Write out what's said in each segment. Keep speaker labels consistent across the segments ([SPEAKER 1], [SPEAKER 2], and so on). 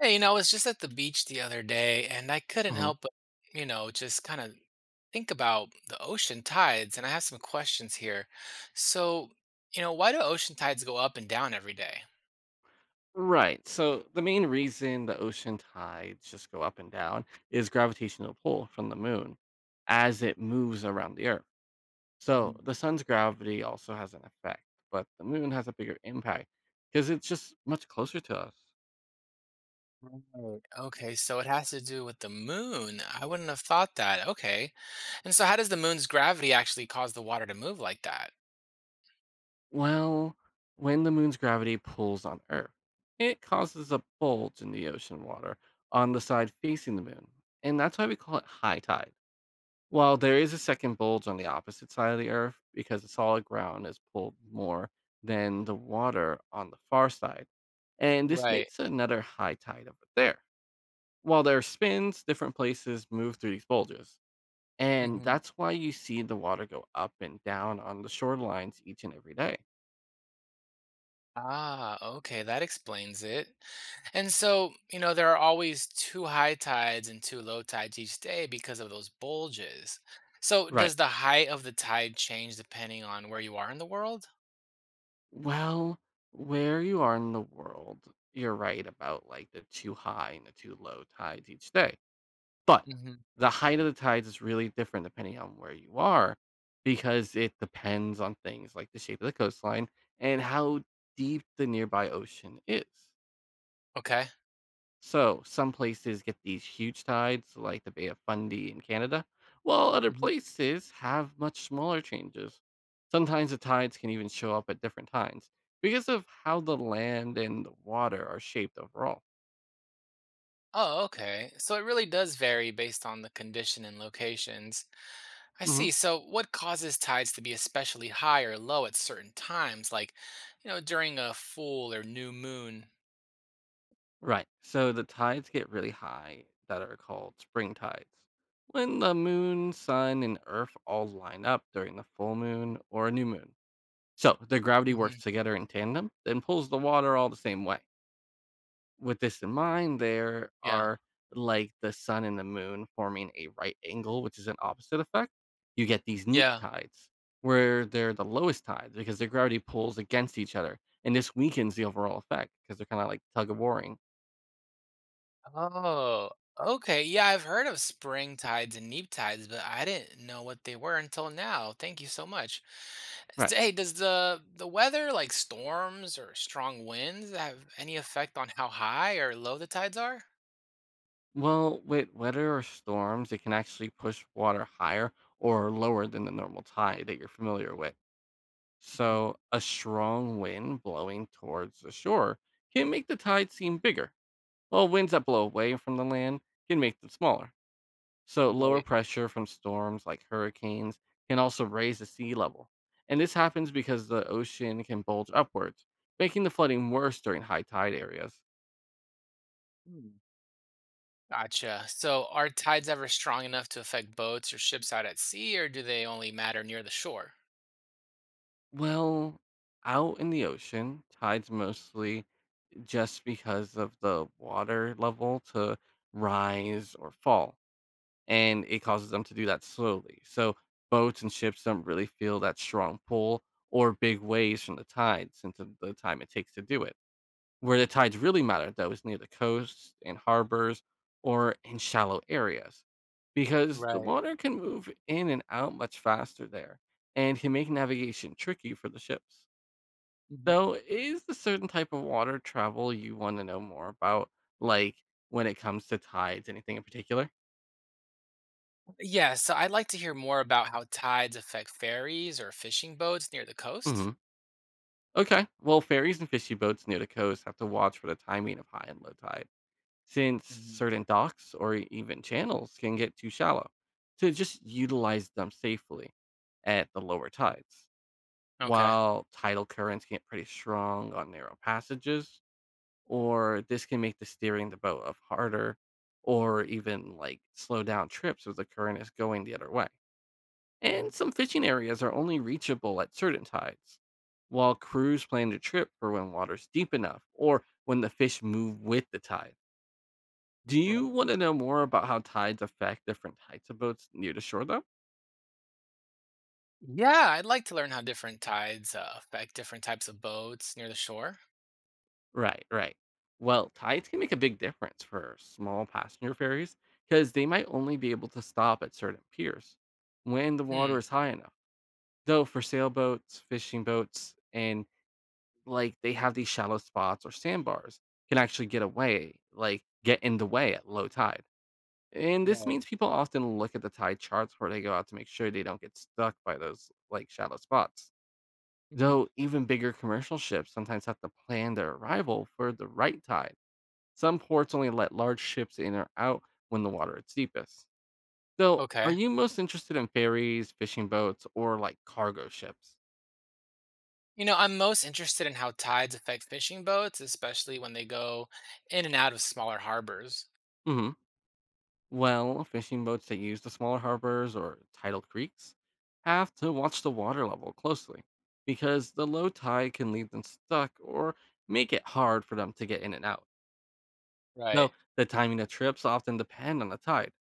[SPEAKER 1] Hey, I was just at the beach the other day and I couldn't
[SPEAKER 2] hmm
[SPEAKER 1] help but just kind of think about the ocean tides. And I have some questions here. So why do ocean tides go up and down every day?
[SPEAKER 2] Right. So the main reason the ocean tides just go up and down is gravitational pull from the moon as it moves around the Earth. So the sun's gravity also has an effect, but the moon has a bigger impact because it's just much closer to us.
[SPEAKER 1] Right. Okay, so it has to do with the moon. I wouldn't have thought that. Okay. And so how does the moon's gravity actually cause the water to move like that?
[SPEAKER 2] Well, when the moon's gravity pulls on Earth, it causes a bulge in the ocean water on the side facing the moon. And that's why we call it high tide. Well, there is a second bulge on the opposite side of the Earth because the solid ground is pulled more than the water on the far side. And this
[SPEAKER 1] Right.
[SPEAKER 2] makes another high tide over there. While there are spins, different places move through these bulges. And
[SPEAKER 1] Hmm.
[SPEAKER 2] that's why you see the water go up and down on the shorelines each and every day.
[SPEAKER 1] Ah, okay, that explains it. And so there are always two high tides and two low tides each day because of those bulges. So,
[SPEAKER 2] Right.
[SPEAKER 1] does the height of the tide change depending on where you are in the world?
[SPEAKER 2] Well, where you are in the world, you're right about like the too high and the too low tides each day. But
[SPEAKER 1] Hmm.
[SPEAKER 2] the height of the tides is really different depending on where you are because it depends on things like the shape of the coastline and how deep the nearby ocean is.
[SPEAKER 1] Okay.
[SPEAKER 2] So, some places get these huge tides, like the Bay of Fundy in Canada, while other
[SPEAKER 1] Hmm.
[SPEAKER 2] places have much smaller changes. Sometimes the tides can even show up at different times because of how the land and the water are shaped overall.
[SPEAKER 1] Oh, okay. So it really does vary based on the condition and locations. I see. So what causes tides to be especially high or low at certain times, like during a full or new moon?
[SPEAKER 2] Right. So the tides get really high that are called spring tides. When the moon, sun, and earth all line up during the full moon or a new moon. So their gravity works
[SPEAKER 1] Hmm.
[SPEAKER 2] together in tandem, then pulls the water all the same way. With this in mind, there
[SPEAKER 1] Yeah.
[SPEAKER 2] are like the sun and the moon forming a right angle, which is an opposite effect. You get these neat
[SPEAKER 1] Yeah.
[SPEAKER 2] tides where they're the lowest tides because their gravity pulls against each other. And this weakens the overall effect because they're kind of like tug of warring.
[SPEAKER 1] Oh, okay. Yeah, I've heard of spring tides and neap tides, but I didn't know what they were until now. Thank you so much.
[SPEAKER 2] Right.
[SPEAKER 1] Hey, does the weather, like storms or strong winds, have any effect on how high or low the tides are?
[SPEAKER 2] Well, with weather or storms, it can actually push water higher or lower than the normal tide that you're familiar with.
[SPEAKER 1] Mhm.
[SPEAKER 2] So, a strong wind blowing towards the shore can make the tide seem bigger, while winds that blow away from the land can make them smaller. So, lower
[SPEAKER 1] Right.
[SPEAKER 2] pressure from storms like hurricanes can also raise the sea level. And this happens because the ocean can bulge upwards, making the flooding worse during high tide areas.
[SPEAKER 1] Hmm. Gotcha. So are tides ever strong enough to affect boats or ships out at sea, or do they only matter near the shore?
[SPEAKER 2] Well, out in the ocean, tides mostly just because of the water level to rise or fall. And it causes them to do that slowly. So boats and ships don't really feel that strong pull or big waves from the tides into the time it takes to do it. Where the tides really matter, though, is near the coasts and harbors or in shallow areas because the
[SPEAKER 1] Right.
[SPEAKER 2] water can move in and out much faster there and can make navigation tricky for the ships.
[SPEAKER 1] Mhm.
[SPEAKER 2] So, is the certain type of water travel you want to know more about, like when it comes to tides, anything in particular?
[SPEAKER 1] Yeah, so I'd like to hear more about how tides affect ferries or fishing boats near the coast.
[SPEAKER 2] Hmm. Okay. Well, ferries and fishy boats near the coast have to watch for the timing of high and low tide, since
[SPEAKER 1] Mhm.
[SPEAKER 2] certain docks or even channels can get too shallow to just utilize them safely at the lower tides.
[SPEAKER 1] Okay.
[SPEAKER 2] While tidal currents get pretty strong on narrow passages, or this can make the steering the boat of harder or even like slow down trips if the current is going the other way. And
[SPEAKER 1] Mhm.
[SPEAKER 2] some fishing areas are only reachable at certain tides, while crews plan the trip for when water's deep enough or when the fish move with the tide. Do you
[SPEAKER 1] Right.
[SPEAKER 2] want to know more about how tides affect different types of boats near the shore, though?
[SPEAKER 1] Yeah, I'd like to learn how different tides affect different types of boats near the shore.
[SPEAKER 2] Right. Well, tides can make a big difference for small passenger ferries because they might only be able to stop at certain piers when the water
[SPEAKER 1] Hmm.
[SPEAKER 2] is high enough. Though for sailboats, fishing boats, and like they have these shallow spots or sandbars can actually get away, like get in the way at low tide. And this
[SPEAKER 1] Right.
[SPEAKER 2] means people often look at the tide charts before they go out to make sure they don't get stuck by those like shallow spots.
[SPEAKER 1] Hmm.
[SPEAKER 2] Though even bigger commercial ships sometimes have to plan their arrival for the right tide. Some ports only let large ships in or out when the water is deepest. So, are
[SPEAKER 1] Okay.
[SPEAKER 2] you most interested in ferries, fishing boats, or like cargo ships?
[SPEAKER 1] You know, I'm most interested in how tides affect fishing boats, especially when they go in and out of smaller harbors.
[SPEAKER 2] Hmm. Well, fishing boats that use the smaller harbors or tidal creeks have to watch the water level closely because the low tide can leave them stuck or make it hard for them to get in and out.
[SPEAKER 1] Right.
[SPEAKER 2] So, the timing of trips often depend on the tide.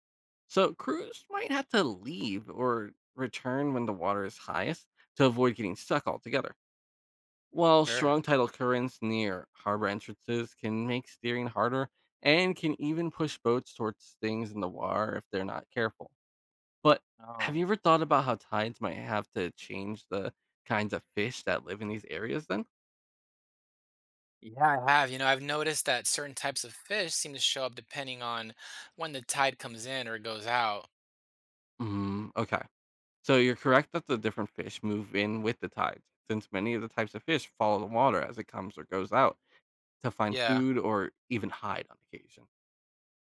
[SPEAKER 2] So, crews might have to leave or return when the water is highest to avoid getting stuck altogether. While
[SPEAKER 1] Sure.
[SPEAKER 2] strong tidal currents near harbor entrances can make steering harder and can even push boats towards things in the water if they're not careful. But have
[SPEAKER 1] Oh.
[SPEAKER 2] you ever thought about how tides might have to change the kinds of fish that live in these areas then?
[SPEAKER 1] Yeah, I have. You know, I've noticed that certain types of fish seem to show up depending on when the tide comes in or goes out.
[SPEAKER 2] Mm, okay. So you're correct that the different fish move in with the tides, since many of the types of fish follow the water as it comes or goes out to find
[SPEAKER 1] Yeah.
[SPEAKER 2] food or even hide on occasion.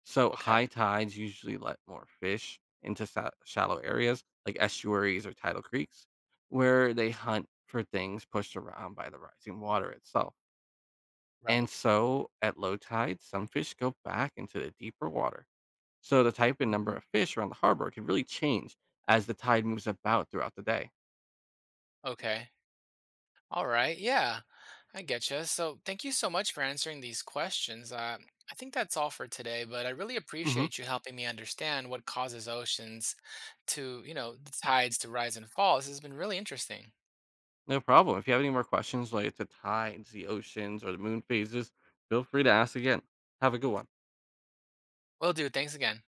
[SPEAKER 2] So
[SPEAKER 1] Okay.
[SPEAKER 2] high tides usually let more fish into shallow areas like estuaries or tidal creeks, where they hunt for things pushed around by the rising water itself.
[SPEAKER 1] Right.
[SPEAKER 2] And so at low tide, some fish go back into the deeper water. So the type and number
[SPEAKER 1] Hmm.
[SPEAKER 2] of fish around the harbor can really change as the tide moves about throughout the day.
[SPEAKER 1] Okay. All right. Yeah, I get you. So thank you so much for answering these questions. I think that's all for today, but I really
[SPEAKER 2] hmm
[SPEAKER 1] appreciate you helping me understand what causes oceans to, you know, the tides to rise and fall. This has been really interesting.
[SPEAKER 2] No problem. If you have any more questions related to tides, the oceans, or the moon phases, feel free to ask again. Have a good one.
[SPEAKER 1] Will do. Thanks again.